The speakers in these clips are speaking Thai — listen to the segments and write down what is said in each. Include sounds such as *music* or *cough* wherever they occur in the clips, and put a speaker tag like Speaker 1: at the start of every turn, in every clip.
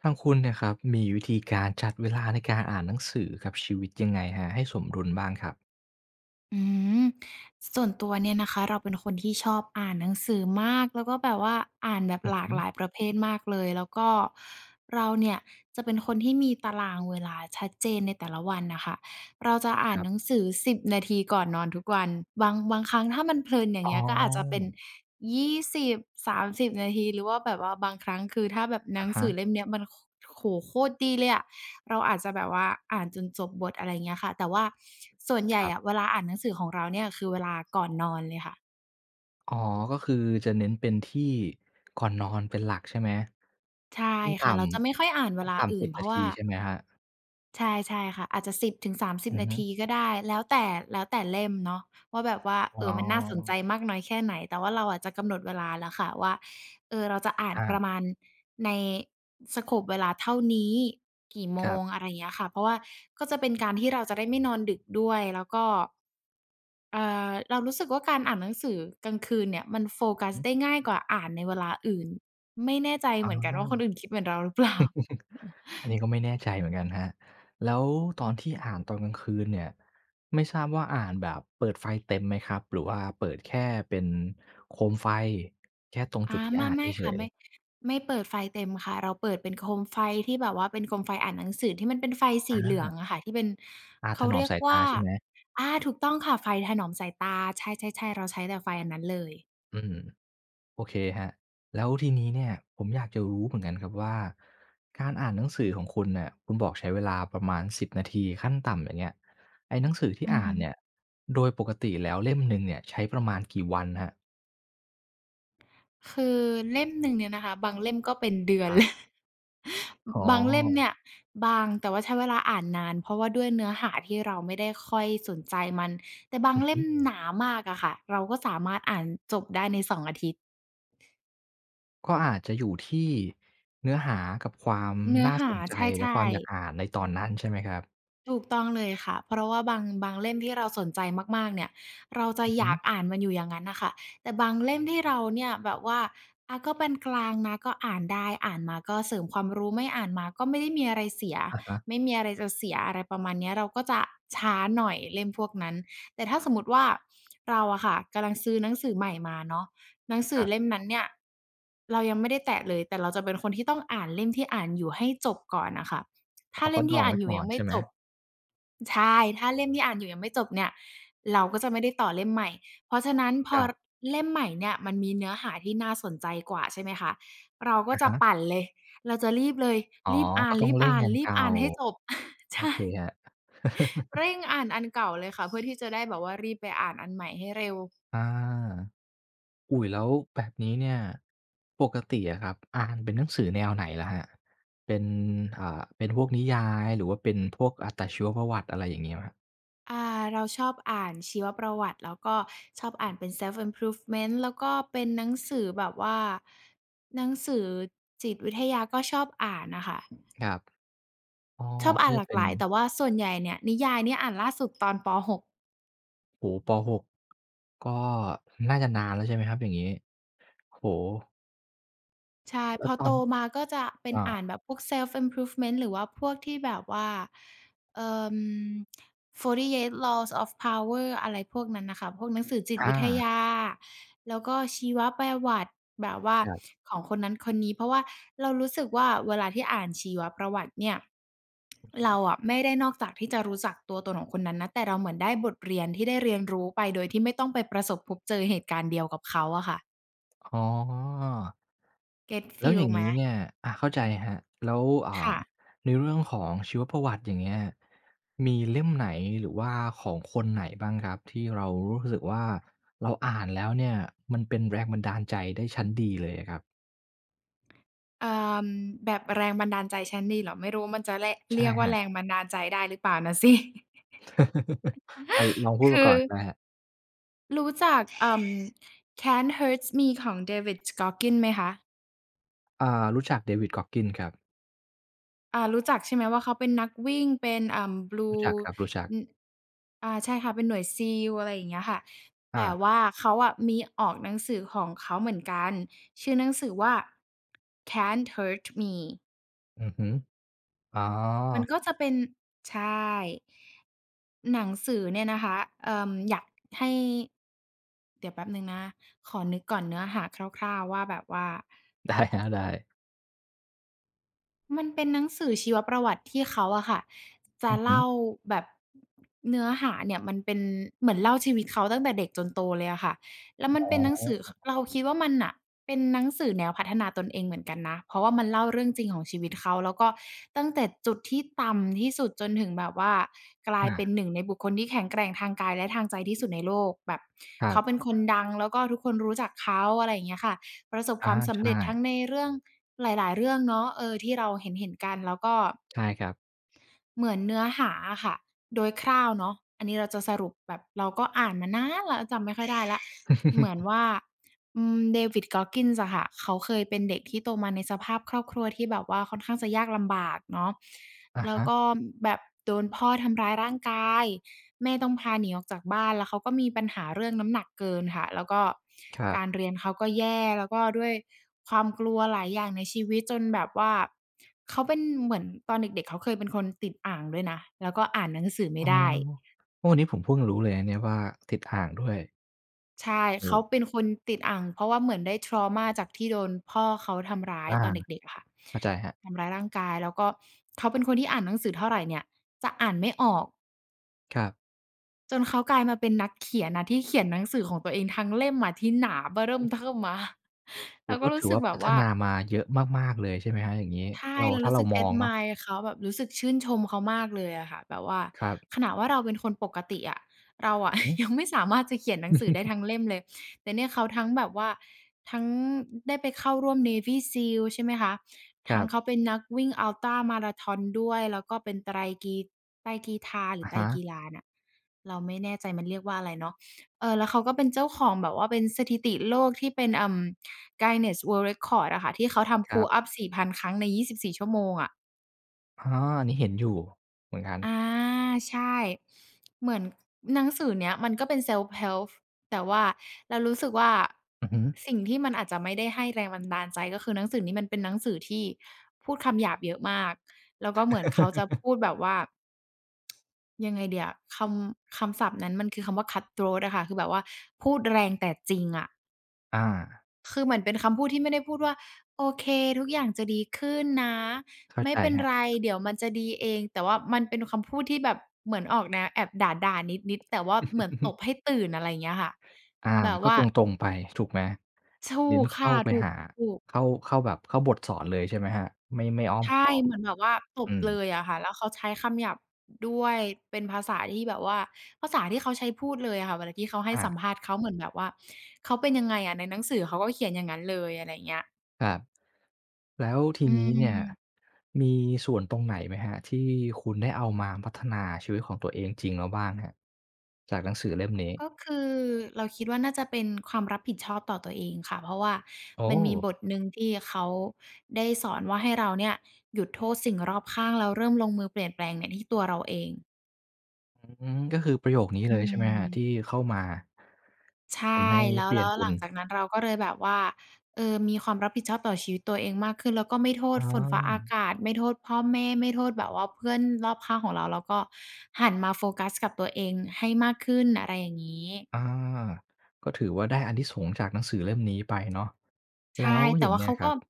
Speaker 1: ทางคุณเนี่ยครับมีวิธีการจัดเวลาในการอ่านหนังสือกับชีวิตยังไงครับให้สมดุลบ้างครับ
Speaker 2: อืมส่วนตัวเนี่ยนะคะเราเป็นคนที่ชอบอ่านหนังสือมากแล้วก็แบบว่าอ่านแบบ
Speaker 1: อื
Speaker 2: ห
Speaker 1: อ
Speaker 2: ลา
Speaker 1: ฮึ
Speaker 2: กหลายประเภทมากเลยแล้วก็เราเนี่ยจะเป็นคนที่มีตารางเวลาชัดเจนในแต่ละวันน่ะค่ะเราจะอ่า
Speaker 1: ค
Speaker 2: น
Speaker 1: รั
Speaker 2: หนัง
Speaker 1: บ
Speaker 2: สือ10นาทีก่อนนอนทุกวันบางครั้งถ้ามันเพลินอย่าง
Speaker 1: อ๋
Speaker 2: เงี้
Speaker 1: อ
Speaker 2: ยก็อาจจะเป็น20-30นาทีหรือว่าแบบว่าบางครั้งคือถ้าแบบหนั
Speaker 1: อะ
Speaker 2: ง
Speaker 1: ฮะ
Speaker 2: สือเล่มเนี้ยมันโคโอ้โฮโคตรดีเลยอะ เราอาจจะแบบว่าอ่านจนจบบทอะไรเงี้ยค่ะแต่ว่าส่วนให
Speaker 1: ค
Speaker 2: ญ่
Speaker 1: รับ
Speaker 2: อะเวลาอ่านหนังสือของเราเนี่ยคือเวลาก่อนนอนเลยค่ะ
Speaker 1: อ๋อก็คือจะเน้นเป็นที่ก่อนนอนเป็นหลักใช่ไหม
Speaker 2: ใช่
Speaker 1: ขั้น
Speaker 2: ค่ะ
Speaker 1: ต่
Speaker 2: เราจะไม่ค่อยอ่าน
Speaker 1: ำ
Speaker 2: เว
Speaker 1: ขั้น
Speaker 2: ลา
Speaker 1: ต่ำ
Speaker 2: อื่น
Speaker 1: 10
Speaker 2: เพ
Speaker 1: นา
Speaker 2: ราะว่า
Speaker 1: ทีใช่ไหมครับ
Speaker 2: ใช่ใช่ค่ะอาจจะ10-30
Speaker 1: อือ
Speaker 2: นา
Speaker 1: ฮึ
Speaker 2: ทีก็ได้แล้วแต่แล้วแต่เล่มเนาะว่าแบบว่า
Speaker 1: อ๋
Speaker 2: เออมันน่าสนใจ
Speaker 1: อ
Speaker 2: มากน้อยแค่ไหนแต่ว่าเราอะจะกำหนดเวลาแล้วค่ะว่าเออเราจะอ่าน
Speaker 1: อา
Speaker 2: ประมาณใน scope เวลาเท่านี้กี่โม
Speaker 1: ครั
Speaker 2: งอะ
Speaker 1: บ
Speaker 2: ไรเงี้ยค่ะเพราะว่าก็จะเป็นการที่เราจะได้ไม่นอนดึกด้วยแล้วก็ เอ่เรารู้สึกว่าการอ่านหนังสือกลางคืนเนี่ยมันโฟ
Speaker 1: อือ
Speaker 2: กัส
Speaker 1: ฮึ
Speaker 2: ได้ง่ายกว่าอ่านในเวลาอื่นไม่แน่ใจ
Speaker 1: อ๋
Speaker 2: เห
Speaker 1: อ
Speaker 2: มือนกันว่าคนอื่นคิดเหมือนเราหรือเปล่า *laughs*
Speaker 1: อันนี้ก็ไม่แน่ใจเหมือนกันครับแล้วตอนที่อ่านตอนกลางคืนเนี่ยไม่ทราบว่าอ่านแบบเปิดไฟเต็มไหมครับหรือว่าเปิดแค่เป็นโคมไฟแค่ตรงจุดที่
Speaker 2: ไม่
Speaker 1: อ่าน
Speaker 2: ไม่
Speaker 1: เฉ
Speaker 2: ค่ะ
Speaker 1: ย
Speaker 2: ไม่
Speaker 1: ๆ
Speaker 2: ไม่เปิดไฟเต็มค่ะเราเปิดเป็นโคมไฟที่แบบว่าเป็นโคมไฟอ่านหนังสือที่มันเป็นไฟสีเหลือ
Speaker 1: อา
Speaker 2: งอะค่ะที่เป็น
Speaker 1: อาถ
Speaker 2: เขา
Speaker 1: นอม
Speaker 2: เรียก
Speaker 1: สายตา
Speaker 2: ว่า
Speaker 1: ใช่ไหม
Speaker 2: ถูกต้องค่ะไฟถนอมสายตาใช่ๆๆเราใช้แต่ไฟอันนั้นเลย
Speaker 1: อืมโอเคครับแล้วทีนี้เนี่ยผมอยากจะรู้เหมือนกันครับว่าการอ่านหนังสือของคุณเนี่ยคุณบอกใช้เวลาประมาณสิบนาทีขั้นต่ำอย่างเงี้ยไอ้หนังสือที่
Speaker 2: อือ
Speaker 1: อ่า
Speaker 2: ฮึ
Speaker 1: นเนี่ยโดยปกติแล้วเล่มหนึ่งเนี่ยใช้ประมาณกี่วันครับ
Speaker 2: คือเล่มหนึ่งเนี่ยนะคะบางเล่มก็เป็นเดือน
Speaker 1: ค
Speaker 2: *laughs*
Speaker 1: รั
Speaker 2: เลย
Speaker 1: บอ๋
Speaker 2: บางเล่มเนี่
Speaker 1: อ
Speaker 2: ยบางแต่ว่าใช้เวลาอ่านนานเพราะว่าด้วยเนื้อหาที่เราไม่ได้ค่อยสนใจมันแต่บา
Speaker 1: *laughs*
Speaker 2: ง
Speaker 1: อือ
Speaker 2: เล่
Speaker 1: ฮึ
Speaker 2: มหนามากอะค่ะเราก็สามารถอ่านจบได้ในสองอาทิตย์
Speaker 1: ก็อาจจะอยู่ที่เนื้อหากับความ
Speaker 2: เนื้อ
Speaker 1: น่า
Speaker 2: หา
Speaker 1: สนใจ
Speaker 2: ใ
Speaker 1: และค
Speaker 2: ช่
Speaker 1: วามอยาก
Speaker 2: ๆ
Speaker 1: อ่านในตอนนั้นใช่ไหมครับ
Speaker 2: ถูกต้องเลยค่ะเพราะว่าบางเล่มที่เราสนใจมากๆเนี่ยเราจะ
Speaker 1: อือ
Speaker 2: อ
Speaker 1: ฮึ
Speaker 2: ยากอ่านมันอยู่อย่างนั้นน่ะค่ะแต่บางเล่มที่เราเนี่ยแบบว่าก็ปานกลางนะก็อ่านได้ อ่านมาก็เสริมความรู้ไม่อ่านมาก็ไม่ได้มีอะไรเสีย
Speaker 1: อะฮะ
Speaker 2: ไม่มีอะไรจะเสียอะไรประมาณเนี้ยเราก็จะช้าหน่อยเล่มพวกนั้นแต่ถ้าสมมุติว่าเราอะค่ะกำลังซื้อหนังสือใหม่มาเนาะหนังสื
Speaker 1: ค
Speaker 2: อ
Speaker 1: รั
Speaker 2: เล่ม
Speaker 1: บ
Speaker 2: นั้นเนี่ยเรายังไม่ได้แตะเลยแต่เราจะเป็นคนที่ต้องอ่านเล่มที่อ่านอยู่ให้จบก่อนน่ะค่ะ
Speaker 1: อ๋
Speaker 2: ถ้า
Speaker 1: อ
Speaker 2: เล่
Speaker 1: ก็
Speaker 2: ม
Speaker 1: ด
Speaker 2: ที่
Speaker 1: อง
Speaker 2: อ่าน
Speaker 1: ไว้
Speaker 2: อยู่
Speaker 1: ก่อ
Speaker 2: ยัง
Speaker 1: น
Speaker 2: ไม่
Speaker 1: ใช่ไหม
Speaker 2: จบ ใช่ถ้าเล่มที่อ่านอยู่ยังไม่จบเนี่ยเราก็จะไม่ได้ต่อเล่มใหม่เพราะฉะนั้นพ
Speaker 1: ค
Speaker 2: อ
Speaker 1: รั
Speaker 2: ร
Speaker 1: บ
Speaker 2: เล่มใหม่เนี่ยมันมีเนื้อหาที่น่าสนใจกว่าใช่ไหมคะเราก็
Speaker 1: อะ
Speaker 2: จะ
Speaker 1: ฮะ
Speaker 2: ปั่นเลยเราจะรีบเลย
Speaker 1: อ๋อ
Speaker 2: รีบอ่า
Speaker 1: ก็
Speaker 2: น
Speaker 1: ต้อ
Speaker 2: รี
Speaker 1: ง
Speaker 2: บ
Speaker 1: เร่ง
Speaker 2: อ่าน
Speaker 1: งาน
Speaker 2: รีบ
Speaker 1: เก่า
Speaker 2: อ่านให้จบ *laughs*
Speaker 1: โอ
Speaker 2: ใช่
Speaker 1: เคครับ *laughs*
Speaker 2: เร่งอ่านอันเก่าเลยค่ะเพื่อที่จะได้แบบว่ารีบไปอ่านอันใหม่ให้เร็ว
Speaker 1: อาอุ๊ยแล้วแบบนี้เนี่ยปกติอะครับอ่านเป็นหนังสือแนวไหนล่ะครับเป็นอ่าเป็นพวกนิยายหรือว่าเป็นพวกอ่าแต่ชีวประวัติอะไรอย่างงี้ไหมครับ
Speaker 2: เราชอบอ่านชีวประวัติแล้วก็ชอบอ่านเป็น self improvement แล้วก็เป็นหนังสือแบบว่าหนังสือจิตวิทยาก็ชอบอ่านน่ะค่ะ
Speaker 1: ครับอ๋อ
Speaker 2: ชอบ
Speaker 1: ก็
Speaker 2: อ่านห
Speaker 1: จะ
Speaker 2: ลาก
Speaker 1: เป็
Speaker 2: ห
Speaker 1: น
Speaker 2: ลายแต่ว่าส่วนใหญ่เนี่ยนิยายเนี่ยอ่านล่าสุดตอนปหก
Speaker 1: โอ้โฮปหก ก็น่าจะนานแล้วใช่ไหมครับอย่างงี้โอ้โฮ
Speaker 2: ใช่พ
Speaker 1: แล้ว
Speaker 2: อ
Speaker 1: ตอ
Speaker 2: โต
Speaker 1: น
Speaker 2: มาก็จะเป็น
Speaker 1: อา
Speaker 2: อ่านแบบพวก self improvement หรือว่าพวกที่แบบว่าเอ่อ48 Laws of Power อะไรพวกนั้นน่ะค่ะพวกหนังสือจิตวิ
Speaker 1: อา
Speaker 2: ทยาแล้วก็ชีวประวัติแบบว่า
Speaker 1: ครับ
Speaker 2: ของคนนั้นคนนี้เพราะว่าเรารู้สึกว่าเวลาที่อ่านชีวประวัติเนี่ยเราอะไม่ได้นอกจากที่จะรู้จักตัวตนของคนนั้นนะแต่เราเหมือนได้บทเรียนที่ได้เรียนรู้ไปโดยที่ไม่ต้องไปประสบพบเจอเหตุการณ์เดียวกับเขาอะค่ะ
Speaker 1: อ๋อ
Speaker 2: เก็ต
Speaker 1: แล้
Speaker 2: ฟี
Speaker 1: ว
Speaker 2: ล
Speaker 1: อย่าง
Speaker 2: ไหม
Speaker 1: งี้เนี่ยอาเข้าใจครับแล้วอ่า
Speaker 2: ค่ะ
Speaker 1: ในเรื่องของชีวประวัติอย่างเงี้ยมีเล่มไหนหรือว่าของคนไหนบ้างครับที่เรารู้สึกว่าเราอ่านแล้วเนี่ยมันเป็นแรงบันดาลใจได้ชั้นดีเลยอะครับ
Speaker 2: เอ่อแบบแรงบันดาลใจชั้นดีเหรอไม่รู้มันจะ
Speaker 1: ใช่
Speaker 2: เรียก
Speaker 1: ค
Speaker 2: ว่า
Speaker 1: รั
Speaker 2: แร
Speaker 1: บ
Speaker 2: งบันดาลใจได้หรือเปล่านะสิ *laughs*
Speaker 1: *laughs* อาลองพูดมา
Speaker 2: คื
Speaker 1: ก่
Speaker 2: อ
Speaker 1: อนก็ได้ครับ
Speaker 2: รู้จักCan't Hurt Me ของ David Goggins ไหมคะ
Speaker 1: อ่ารู้จัก David Goggins ครับ
Speaker 2: รู้จักใช่ไหมว่าเขาเป็นนักวิ่งเป็นเอ่า
Speaker 1: รู้
Speaker 2: Blue
Speaker 1: จักครับรู้จัก
Speaker 2: อืออ่าใช่ค่ะเป็นหน่วยซีลอะไรอย่างเงี้ยค่ะ
Speaker 1: อา
Speaker 2: แต่ว่าเขาอะมีออกหนังสือของเขาเหมือนกันชื่อหนังสือว่า Can't Hurt Me
Speaker 1: อือฮึอ๋
Speaker 2: มัน
Speaker 1: อ
Speaker 2: ก็จะเป็นใช่หนังสือเนี่ยนะคะอยากให้เดี๋ยวแป๊บหนึ่งนะขอนึกก่อนเนื้อหาคร่าวๆว่าแบบว่า
Speaker 1: ได้ครับได้
Speaker 2: มันเป็นหนังสือชีวประวัติที่เขาอะค่ะจะ
Speaker 1: อือฮึ
Speaker 2: เล่าแบบเนื้อหาเนี่ยมันเป็นเหมือนเล่าชีวิตเขาตั้งแต่เด็กจนโตเลยอะค่ะแล้วมัน
Speaker 1: อ๋
Speaker 2: เป็
Speaker 1: อ
Speaker 2: นหนังสือคเราคิดว่ามันน่ะเป็นหนังสือแนวพัฒนาตนเองเหมือนกันนะเพราะว่ามันเล่าเรื่องจริงของชีวิตเขาแล้วก็ตั้งแต่จุดที่ต่ำที่สุดจนถึงแบบว่ากลายเป็น
Speaker 1: อา
Speaker 2: หนึ่งในบุคคลที่แข็งแกร่งทางกายและทางใจที่สุดในโลกแบบ
Speaker 1: ครั
Speaker 2: เขาเป็น
Speaker 1: บ
Speaker 2: คนดังแล้วก็ทุกคนรู้จักเขาอะไรอย่างเงี้ยค่ะประสบค
Speaker 1: อา
Speaker 2: วามสำ
Speaker 1: ใช่
Speaker 2: เร็จทั้งในเรื่อง หลายๆเรื่องเนาะเออที่เราเห็นๆกันแล้วก็
Speaker 1: ใช่ครับ
Speaker 2: เหมือนเนื้อหาอะค่ะโดยคร่าวเนาะอันนี้เราจะสรุปแบบเราก็อ่านมานานแล้วจำไม่ค่อยได้แล้วเหมือน
Speaker 1: *laughs*
Speaker 2: ว่าอืม David Goggins อะค่ะเขาเคยเป็นเด็กที่โตมาในสภาพครอบครัวที่แบบว่าค่อนข้างจะยากลำบากเนาะ
Speaker 1: อะ
Speaker 2: แล้ว
Speaker 1: ฮะ
Speaker 2: ก็แบบโดนพ่อทำร้ายร่างกายแม่ต้องพาหนีออกจากบ้านแล้วเขาก็มีปัญหาเรื่องน้ำหนักเกินค่ะแล้วก็
Speaker 1: ครับ
Speaker 2: การเรียนเขาก็แย่แล้วก็ด้วย ความกลัวหลายอย่างในชีวิตจนแบบว่าเขาเป็นเหมือนตอนเด็กๆเขาเคยเป็นคนติดอ่างด้วยนะแล้วก็อ่านหนังสือไม่
Speaker 1: อ๋อ
Speaker 2: ได้
Speaker 1: โอ้อันนี้ผมเพิ่งรู้เลยนะเนี่ยว่าติดอ่างด้วย
Speaker 2: ใช่
Speaker 1: โอ้
Speaker 2: เขาเป็นคนติดอ่างเพราะว่าเหมือนได้ trauma จากที่โดนพ่อเขาทำร้าย
Speaker 1: อา
Speaker 2: ตอนเด็กๆอะค่ะ
Speaker 1: เข้าใจครับ
Speaker 2: ทำร้ายร่างกายแล้วก็เขาเป็นคนที่อ่านหนังสือเท่าไรเนี่ยจะอ่านไม่ออก
Speaker 1: ครับ
Speaker 2: จนเขากลายมาเป็นนักเขียนน่ะที่เขียนหนังสือของตัวเองทั้งเล่มอะที่หนาเบ้อเริ่ม
Speaker 1: โอื
Speaker 2: เทิ่มอะ *laughs* เรา
Speaker 1: โ้
Speaker 2: ก็
Speaker 1: ก็
Speaker 2: รู้
Speaker 1: ถือ
Speaker 2: สึก
Speaker 1: ว่า
Speaker 2: แบ
Speaker 1: พั
Speaker 2: บ
Speaker 1: ฒ
Speaker 2: ว่า
Speaker 1: นามาเยอะมากๆเลยใช่ไหมครับอย่างงี้
Speaker 2: ใช่
Speaker 1: เรา
Speaker 2: เรา
Speaker 1: ถ้า
Speaker 2: รู้สึ
Speaker 1: เรา
Speaker 2: ก
Speaker 1: มองเนาะ
Speaker 2: admire เขาแบบรู้สึกชื่นชมเขามากเลยอะค่ะแบบว่า
Speaker 1: ครับ
Speaker 2: ขนาดว่าเราเป็นคนปกติอะเรา
Speaker 1: อื
Speaker 2: อะ
Speaker 1: อฮึ
Speaker 2: *laughs* ยังไม่สามารถจะเขียนหนังสือได้ทั้ง
Speaker 1: *laughs*
Speaker 2: เล่มเลยแต่เนี่ยเขาทั้งแบบว่าทั้งได้ไปเข้าร่วม Navy SEAL ใช่ไหมคะ
Speaker 1: ค
Speaker 2: ทั้
Speaker 1: รั
Speaker 2: งเขา
Speaker 1: บ
Speaker 2: เป็นนักวิ่ง u l t r ้ามาราธอนด้วยแล้วก็เป็นกีไตรกีฬาหรือ
Speaker 1: อะ
Speaker 2: ไตร
Speaker 1: ฮะ
Speaker 2: กีฬาน่ะเราไม่แน่ใจมันเรียกว่าอะไรเนาะเออแล้วเขาก็เป็นเจ้าของแบบว่าเป็นสถิติโลกที่เป็นอืม Guinness World Record อะค่ะที่เขาทำ
Speaker 1: ครั
Speaker 2: pull up
Speaker 1: บ
Speaker 2: 4,000 ครั้งใน 24 ชั่วโมงอะ
Speaker 1: อ๋ออันนี้เห็นอยู่ เหมือนกัน
Speaker 2: อาใช่เหมือนหนังสือเนี้ยมันก็เป็น self help แต่ว่าเรารู้สึกว่า
Speaker 1: อือฮึ
Speaker 2: สิ่งที่มันอาจจะไม่ได้ให้แรงบันดาลใจก็คือหนังสือนี้มันเป็นหนังสือที่พูดคำหยาบเยอะมากแล้วก็เหมือนเขาจะพูดแบบว่ายังไงดีอะคำศัพท์นั้นมันคือคำว่า cut throat อะค่ะคือแบบว่าพูดแรงแต่จริงอะ
Speaker 1: อา
Speaker 2: คือเหมือนเป็นคำพูดที่ไม่ได้พูดว่าโอเคทุกอย่างจะดีขึ้นนะ
Speaker 1: เข้า
Speaker 2: ไม่
Speaker 1: ใจ
Speaker 2: เป็น
Speaker 1: ครับ
Speaker 2: ไรเดี๋ยวมันจะดีเองแต่ว่ามันเป็นคำพูดที่แบบเหมือนออกแนวแอบด่าๆนิดๆแต่ว่าเหมือนตบให้ตื่นอะไรอย่างเงี้ยค่ะ
Speaker 1: อา
Speaker 2: แบบ
Speaker 1: ก็
Speaker 2: ว่า
Speaker 1: ตรงๆไปถูกไหม
Speaker 2: ถู
Speaker 1: เน้น
Speaker 2: กค่ะ
Speaker 1: เข้าไป
Speaker 2: ถ
Speaker 1: หา
Speaker 2: ูกๆ
Speaker 1: เข้าเข้าแบบเข้าบทสอนเลยใช่ไหมครับไม่ไม่อ้อ
Speaker 2: ๆ
Speaker 1: ม
Speaker 2: ใช่
Speaker 1: ค้อม
Speaker 2: เหมือนแบบว่าต
Speaker 1: อื
Speaker 2: บ
Speaker 1: ม
Speaker 2: เลยอะค่ะแล้วเขาใช้คำหยาบด้วยเป็นภาษาที่แบบว่าภาษาที่เขาใช้พูดเลยอะค่ะเวลาที่เขาให้สัม
Speaker 1: อา
Speaker 2: ภาษณ์เขาเหมือนแบบว่าเขาเป็นยังไงอะในหนังสือเขาก็เขียนอย่างงั้นเลยอะไรอย่างเงี้ย
Speaker 1: ครับแล้วที
Speaker 2: อื
Speaker 1: นี้เนี่ย
Speaker 2: ม
Speaker 1: มีส่วนตรงไหนไหมครับที่คุณได้เอามาพัฒนาชีวิตของตัวเองจริงแล้วบ้างครับจากหนังสือเล่มนี้
Speaker 2: ก็คือเราคิดว่าน่าจะเป็นความรับผิดชอบต่อตัวเองค่ะเพราะว่า
Speaker 1: โอ้
Speaker 2: มันมีบทหนึ่งที่เขาได้สอนว่าให้เราเนี่ยหยุดโทษสิ่งรอบข้างแล้วเริ่มลงมือเปลี่ยนแปลงเนี่ยที่ตัวเราเอง
Speaker 1: อืมก็คือประโยคนี้เล
Speaker 2: อื
Speaker 1: ยใช่ไหมครับ
Speaker 2: ม
Speaker 1: ที่เข้ามา
Speaker 2: ใช่
Speaker 1: ทำให้
Speaker 2: แล้ว
Speaker 1: เปลี่ยน
Speaker 2: ห
Speaker 1: คุ
Speaker 2: ลั
Speaker 1: ณ
Speaker 2: งจากนั้นเราก็เลยแบบว่าเออมีความรับผิดชอบต่อชีวิตตัวเองมากขึ้นแล้วก็ไม่โทษ
Speaker 1: อ
Speaker 2: ฝนฟ้าอา
Speaker 1: า
Speaker 2: กาศไม่โทษพ่อแม่ไม่โทษแบบว่าเพื่อนรอบข้างของเราแล้วก็หันมาโฟกัสกับตัวเองให้มากขึ้นอะไรอย่างงี้
Speaker 1: อาก็ถือว่าได้อานิสงส์จากหนังสือเล่มนี้ไปเนาะแล้
Speaker 2: ใช่
Speaker 1: วอ
Speaker 2: แต่
Speaker 1: ย่าง
Speaker 2: ว่า
Speaker 1: เงี้ย
Speaker 2: เขา
Speaker 1: ค
Speaker 2: ก็
Speaker 1: รับ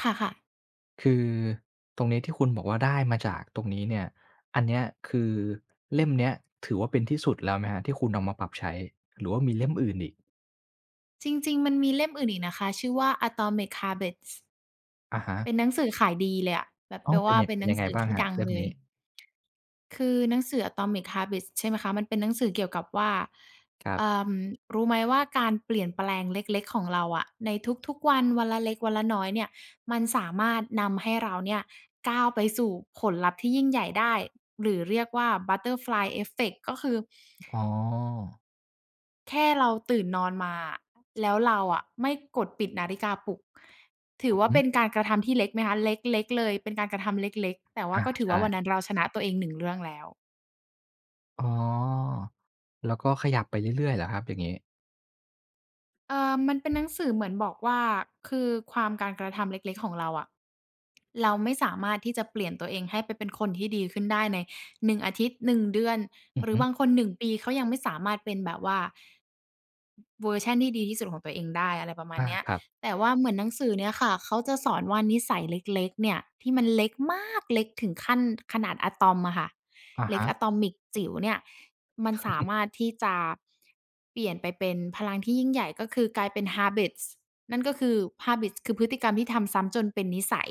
Speaker 2: ค่ะๆ
Speaker 1: คือตรงนี้ที่คุณบอกว่าได้มาจากตรงนี้เนี่ยอันเนี้ยคือเล่มเนี้ยถือว่าเป็นที่สุดแล้วไหมครับที่คุณเอามาปรับใช้หรือว่ามีเล่มอื่นอีก
Speaker 2: จริงๆ มันมีเล่มอื่นอีกนะคะ ชื่อว่า Atomic Habits
Speaker 1: อะฮะ
Speaker 2: เป็นหนังสือขายดีเลยอะ แบบ
Speaker 1: อ้
Speaker 2: แป
Speaker 1: อ
Speaker 2: ล
Speaker 1: เป็น
Speaker 2: ว่า
Speaker 1: ยัง
Speaker 2: เป็น
Speaker 1: เป็
Speaker 2: ห
Speaker 1: น
Speaker 2: นัง
Speaker 1: ยังไง
Speaker 2: สือ
Speaker 1: บ้าง
Speaker 2: ที่
Speaker 1: ครับ
Speaker 2: ดัง
Speaker 1: เล่ม
Speaker 2: เลย
Speaker 1: นี้
Speaker 2: คือหนังสือ Atomic Habits ใช่ไหมคะมันเป็นหนังสือเกี่ยวกับว่า
Speaker 1: ครั
Speaker 2: เอ่
Speaker 1: บ
Speaker 2: อรู้ไหมว่าการเปลี่ยนแปลงเล็กๆของเราอะ ในทุกๆ วัน วันละเล็กวันละน้อยเนี่ย มันสามารถนำให้เราเนี่ยก้าวไปสู่ผลลัพธ์ที่ยิ่งใหญ่ได้ หรือเรียกว่า Butterfly Effect ก็คือ
Speaker 1: อ๋อ
Speaker 2: แค่เราตื่นนอนมาแล้วเราอะไม่กดปิดนาฬิกาปลุกถือ
Speaker 1: อือ
Speaker 2: ว่า
Speaker 1: ฮึ
Speaker 2: เป็นการกระทำที่เล็กไหมคะเล็กๆเลยเป็นการกระทำเล็กๆแต่ว่า
Speaker 1: อา
Speaker 2: ก็ถือว่าวันนั้น
Speaker 1: ใช่
Speaker 2: เราชนะตัวเองหนึ่งเรื่องแล้ว
Speaker 1: อ๋อแล้วก็ขยับไปเรื่อยๆเหรอครับอย่างงี้
Speaker 2: มันเป็นหนังสือเหมือนบอกว่าคือความการกระทำเล็กๆของเราอะเราไม่สามารถที่จะเปลี่ยนตัวเองให้ไปเป็นคนที่ดีขึ้นได้ในหนึ่งอาทิตย์หนึ่งเดือน
Speaker 1: อื
Speaker 2: ห
Speaker 1: อ
Speaker 2: รือ
Speaker 1: ฮึ
Speaker 2: บางคนหนึ่งปีเขายังไม่สามารถเป็นแบบว่า เวอร์ชันที่ดีที่สุดของตัวเองได้อะไรประมาณ
Speaker 1: อา
Speaker 2: เนี้ย
Speaker 1: ครับ
Speaker 2: แต่ว่าเหมือนหนังสือเนี่ยค่ะ เขาจะสอนว่านิสัยเล็กๆเนี่ยที่มันเล็กมากเล็กถึงขั้นขนาดอะตอมอะค่ะ
Speaker 1: อะ
Speaker 2: เล็ก
Speaker 1: ฮะ
Speaker 2: อะตอมิกจิ๋วเนี่ยมันสามารถที่จะเปลี่ยนไปเป็นพลังที่ยิ่งใหญ่ก็คือกลายเป็น habits นั่นก็คือ habits คือพฤติกรรมที่ทำซ้ำจนเป็นนิสัย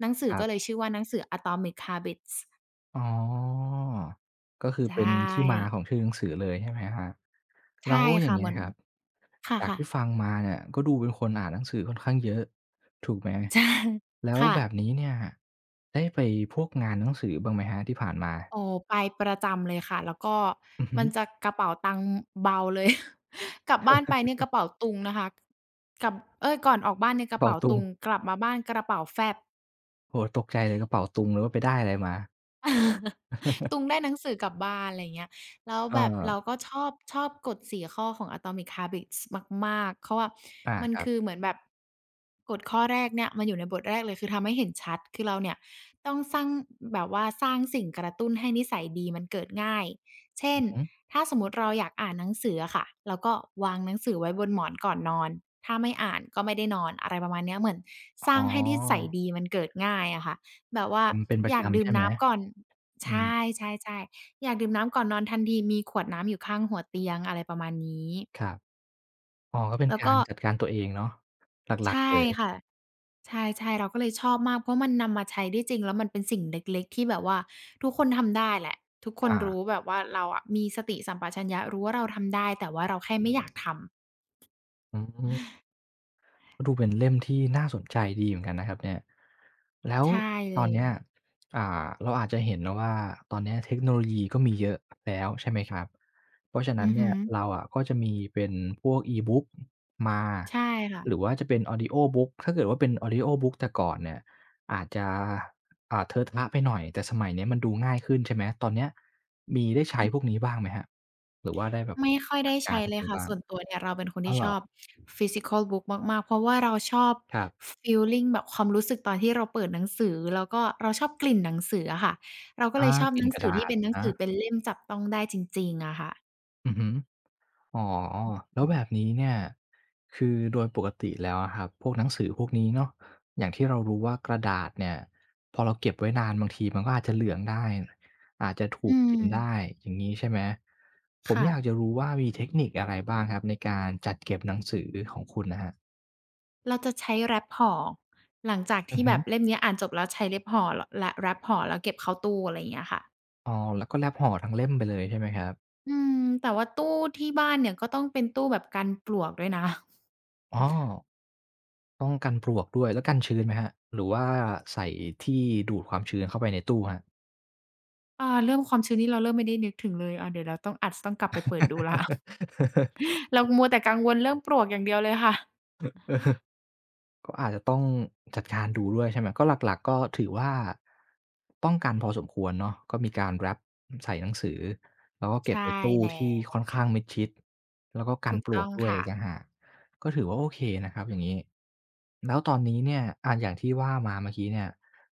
Speaker 2: หนังสือ
Speaker 1: ครั
Speaker 2: ก็เลย
Speaker 1: บ
Speaker 2: ชื่อว่าหนังสือ Atomic Habits
Speaker 1: อ๋อก็คือ
Speaker 2: ใช่
Speaker 1: เป็นที่มาของชื่อหนังสือเลยใช่ไหมครับ
Speaker 2: ใช่
Speaker 1: แล้วอย่า
Speaker 2: ค่ะ
Speaker 1: ง
Speaker 2: เห
Speaker 1: เงี้
Speaker 2: มื
Speaker 1: ย
Speaker 2: อน
Speaker 1: ครับ
Speaker 2: ค่
Speaker 1: จาก
Speaker 2: ะ
Speaker 1: ที่ฟังมาเนี่ยก็ดูเป็นคนอ่านหนังสือค่อนข้างเยอะถูกไหม
Speaker 2: ๆใช่
Speaker 1: แล้ว
Speaker 2: ค่ะ
Speaker 1: แบบนี้เนี่ยได้ไปพวกงานหนังสือบ้างไหมครับที่ผ่านมา
Speaker 2: อ๋อไปประจำเลยค่ะแล้วก็
Speaker 1: อือฮึ
Speaker 2: มันจะกระเป๋าตังค์เบาเลย *laughs* กลับบ้านไปเนี่ยกระเป๋าตุงนะคะกับเอ๊ยก่อนออกบ้านเนี่ยกระ
Speaker 1: เป๋า
Speaker 2: เป๋า
Speaker 1: ตุง
Speaker 2: ตุงกลับมาบ้านกระเป๋าแฟบ
Speaker 1: โอ้โฮตกใจเลยกระเป๋าตุงเลยว่าไปได้อะไรมา
Speaker 2: *laughs* ตุงได้หนังสือกลับบ้านอะไรเงี้ยแล้ว
Speaker 1: เ
Speaker 2: แบบเรา
Speaker 1: ออ
Speaker 2: ก็ชอบกฎ4ข้อของ Atomic Habits มากๆเขา
Speaker 1: อา
Speaker 2: มัน
Speaker 1: ครั
Speaker 2: คือ
Speaker 1: บ
Speaker 2: เหมือนแบบกฎข้อแรกเนี่ยมันอยู่ในบทแรกเลยคือทำให้เห็นชัดคือเราเนี่ยต้องสร้างแบบว่าสร้างสิ่งกระตุ้นให้นิสัยดีมันเกิดง่าย เช่
Speaker 1: อื
Speaker 2: น
Speaker 1: อฮึ
Speaker 2: ถ้าสมมติเราอยากอ่านหนังสืออะค่ะเราก็วางหนังสือไว้บนหมอนก่อนนอนถ้าไม่อ่านก็ไม่ได้นอนอะไรประมาณเนี้ยเหมือนส
Speaker 1: อ๋
Speaker 2: ร้าง
Speaker 1: อ
Speaker 2: ให้นิสัยดีมันเกิดง่ายอะค่ะ แบบว่า
Speaker 1: ทำเป็นป
Speaker 2: อ
Speaker 1: ระ
Speaker 2: ยาก
Speaker 1: จำ
Speaker 2: ดื่ม
Speaker 1: ใช่ไหม
Speaker 2: น้ำก่อน
Speaker 1: อื
Speaker 2: ใช
Speaker 1: ม
Speaker 2: ่ๆๆอยากดื่มน้ำก่อนนอนทันทีมีขวดน้ำอยู่ข้างหัวเตียงอะไรประมาณนี้
Speaker 1: ครับอ๋อก็เป็น
Speaker 2: แล้ว
Speaker 1: กา
Speaker 2: ก็
Speaker 1: รจัดการตัวเองเนาะหลักๆ
Speaker 2: ใช่
Speaker 1: เลย
Speaker 2: ค่ะใช่ๆเราก็เลยชอบมากเพราะมันนำมาใช้ได้จริงแล้วมันเป็นสิ่งเล็กๆที่แบบว่าทุกคนทำได้แหละทุกคน
Speaker 1: อา
Speaker 2: รู้แบบว่าเราอะมีสติสัมปชัญญะรู้ว่าเราทำได้แต่ว่าเราแค่ไม่อยากทำ
Speaker 1: อืม ก็ดูเป็นเล่มที่น่าสนใจดีเหมือนกันนะครับเนี่ยแล้ว
Speaker 2: ใช่เล
Speaker 1: ตอน
Speaker 2: ย
Speaker 1: เนี้ยอ่าเราอาจจะเห็นนะว่าตอนเนี้ยเทคโนโลยีก็มีเยอะแล้วใช่ไหมครับเพราะฉะนั้
Speaker 2: อื
Speaker 1: น
Speaker 2: อฮึ
Speaker 1: เนี่ยเราอะก็จะมีเป็นพวก E-book มา
Speaker 2: ใช่ค่ะ
Speaker 1: หรือว่าจะเป็น Audio book ถ้าเกิดว่าเป็น Audio book แต่ก่อนเนี่ยอาจจะอ่าเทอะทะไปหน่อยแต่สมัยเนี้ยมันดูง่ายขึ้นใช่ไหมตอนเนี้ยมีได้ใช้พวกนี้บ้างไหมครับหรือว่าได้แบบ
Speaker 2: ไม่ค่อย
Speaker 1: จั
Speaker 2: ได้
Speaker 1: ดกา
Speaker 2: ใช้
Speaker 1: รพว
Speaker 2: เล
Speaker 1: ก
Speaker 2: ย
Speaker 1: นี้
Speaker 2: ค่ะ
Speaker 1: บ้าง
Speaker 2: ส่วนตัวเนี่ยเราเป็นคน
Speaker 1: อ้าว
Speaker 2: ที่
Speaker 1: เหร
Speaker 2: ช
Speaker 1: อ
Speaker 2: อบ physical book มากๆเพราะว่าเราชอบ
Speaker 1: ครับ
Speaker 2: ฟีลลิงแบบความรู้สึกตอนที่เราเปิดหนังสือแล้วก็เราชอบกลิ่นหนังสืออะค่ะเราก็เล
Speaker 1: อา
Speaker 2: ยชอบ
Speaker 1: ก
Speaker 2: ห
Speaker 1: ลิ่
Speaker 2: นั
Speaker 1: น
Speaker 2: ง
Speaker 1: กระ
Speaker 2: สือ
Speaker 1: ดา
Speaker 2: ที่
Speaker 1: ษ
Speaker 2: เป็นหนัง
Speaker 1: นะ
Speaker 2: สือเป็นเล่มจับต้องได้จริงๆอะค่ะ
Speaker 1: อือฮึอ๋อแล้
Speaker 2: อื
Speaker 1: วแบบ
Speaker 2: ม
Speaker 1: นี้เนี่ยคือโดยปกติแล้วอะครับพวกหนังสือพวกนี้เนาะอย่างที่เรารู้ว่ากระดาษเนี่ยพอเราเก็บไว้นานบางทีมันก็อาจจะเหลืองได้อาจจะถู
Speaker 2: อื
Speaker 1: ก
Speaker 2: ม
Speaker 1: กินได้อย่างงี้ใช่ไหมผม
Speaker 2: ค่ะ
Speaker 1: อยากจะรู้ว่ามีเทคนิคอะไรบ้างครับในการจัดเก็บหนังสือของคุณน่ะครับ
Speaker 2: เราจะใช้แรปห่อหลังจาก
Speaker 1: อื
Speaker 2: ที่
Speaker 1: อ
Speaker 2: แบ
Speaker 1: ฮึ
Speaker 2: บเล่มเนี้ยอ่านจบแล้วใช้เล็บห่อลและแรปห่อแล้วเก็บเข้าตู้อะไรอย่างเงี้ยค่ะ
Speaker 1: อ๋อแล้วก็แรปห่อทั้งเล่มไปเลยใช่ไหมครับ
Speaker 2: อืมแต่ว่าตู้ที่บ้านเนี่ยก็ต้องเป็นตู้แบบกันปลวกด้วยนะ
Speaker 1: อ๋อต้องกันปลวกด้วยแล้วกันชื้นไหมครับหรือว่าใส่ที่ดูดความชื้นเข้าไปในตู้ครับ
Speaker 2: เรื่องความชื้นนี่เราเริ่มไม่ได้นึกถึงเลยเดี๋ยวเราต้องอาจจะต้องกลับไปเปิดดูแล้ว *laughs* เรามัวแต่กังวลเรื่องปลวกอย่างเดียวเลยค่ะ
Speaker 1: *laughs* ก็อาจจะต้องจัดการดูด้วยใช่ไหมก็หลักๆก็ถือว่าป้องกันพอสมควรเนาะก็มีการแร็ปใส่หนังสือแล้วก็เก็บ
Speaker 2: ใช่
Speaker 1: ในตู้
Speaker 2: แล้
Speaker 1: ที่ค่อ
Speaker 2: ว
Speaker 1: นข้างมิดชิดแล้วก็กั
Speaker 2: ถู
Speaker 1: น
Speaker 2: ก
Speaker 1: ปล
Speaker 2: ต้
Speaker 1: ว
Speaker 2: อ
Speaker 1: ก
Speaker 2: ง
Speaker 1: ด้วย
Speaker 2: ค่ะ
Speaker 1: อีกต่างหากก็ถือว่าโอเคนะครับอย่างงี้แล้วตอนนี้เนี่ยอาอย่างที่ว่ามาเมื่อกี้เนี่ย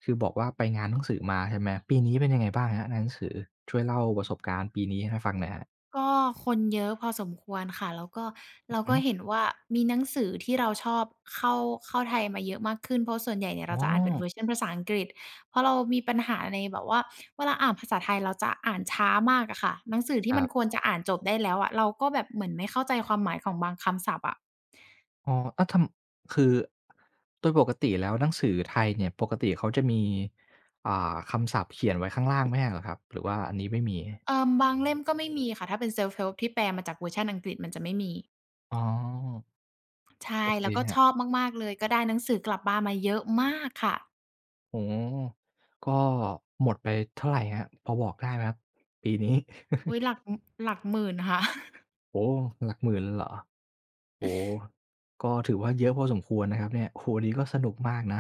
Speaker 1: คือบอกว่าไปงานหนังสือมาใช่ไหมปีนี้เป็นยังไงบ้างครับงานหนังสือช่วยเล่าประสบการณ์ปีนี้ให้ฟังหน่อยครับ
Speaker 2: ก็คนเยอะพอสมควรค่ะแล้วก็
Speaker 1: อื
Speaker 2: เรา
Speaker 1: อฮึ
Speaker 2: ก็เห็นว่ามีหนังสือที่เราชอบเข้าเข้าไทยมาเยอะมากขึ้นเพราะส่วนใหญ่เนี่ยเรา
Speaker 1: อ๋อ
Speaker 2: จะอ่านเป็นเวอร์ชันภาษาอังกฤษเพราะเรามีปัญหาในแบบว่าเวลาอ่านภาษาไทยเราจะอ่านช้ามากอะค่ะหนังสือ
Speaker 1: ค
Speaker 2: ที่มั
Speaker 1: รั
Speaker 2: นคว
Speaker 1: บ
Speaker 2: รจะอ่านจบได้แล้วอะเราก็แบบเหมือนไม่เข้าใจความหมายของบางคำศัพท์อะ
Speaker 1: อ๋ออ้าวคือโดยปกติแล้วหนังสือไทยเนี่ย ปกติเขาจะมีอ่าคำศัพท์เขียนไว้ข้างล่างไม่ใช่เหรอครับหรือว่าอันนี้ไม่มี
Speaker 2: บางเล่มก็ไม่มีค่ะถ้าเป็น self help ที่แปลมาจากเวอร์ชันอังกฤษมันจะไม่มี
Speaker 1: อ๋อ
Speaker 2: ใช่
Speaker 1: โอเค
Speaker 2: แล้วก็
Speaker 1: ค
Speaker 2: ช
Speaker 1: รั
Speaker 2: อบ
Speaker 1: บ
Speaker 2: มากๆเลยก็ได้หนังสือกลับบ้านมาเยอะมากค่ะ
Speaker 1: โอ้โฮก็ หมดไปเท่าไรครับพอบอกได้ไหมครับ ปีนี้ *laughs*
Speaker 2: อุ๊ยหลักหมื่นค่ะ *laughs*
Speaker 1: โอ้โฮหลักหมื่นเลยเหรอ โอ้โฮก็ถือว่าเยอะพอสมควรนะครับเนี่ยโอ้โฮวันนี้ก็สนุกมากนะ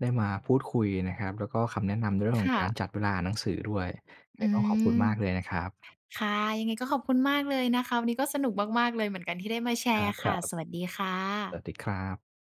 Speaker 1: ได้มาพูดคุยนะครับแล้วก็คำแนะนำในเรื่องของการจัด
Speaker 2: ค่ะ
Speaker 1: เวลาอ่านหนังสือด้วยยังไง
Speaker 2: อื
Speaker 1: ต้องขอบคุณ
Speaker 2: ม
Speaker 1: มากเลยนะครับ
Speaker 2: ค่ะยังไงก็ขอบคุณมากเลยนะคะวันนี้ก็สนุกมากๆเลยเหมือนกันที่ได้มาแช
Speaker 1: ค
Speaker 2: ร์ค่ะ
Speaker 1: รับ
Speaker 2: ส
Speaker 1: ๆ
Speaker 2: วัสดีค่
Speaker 1: สวัสดี
Speaker 2: ะ
Speaker 1: ครับ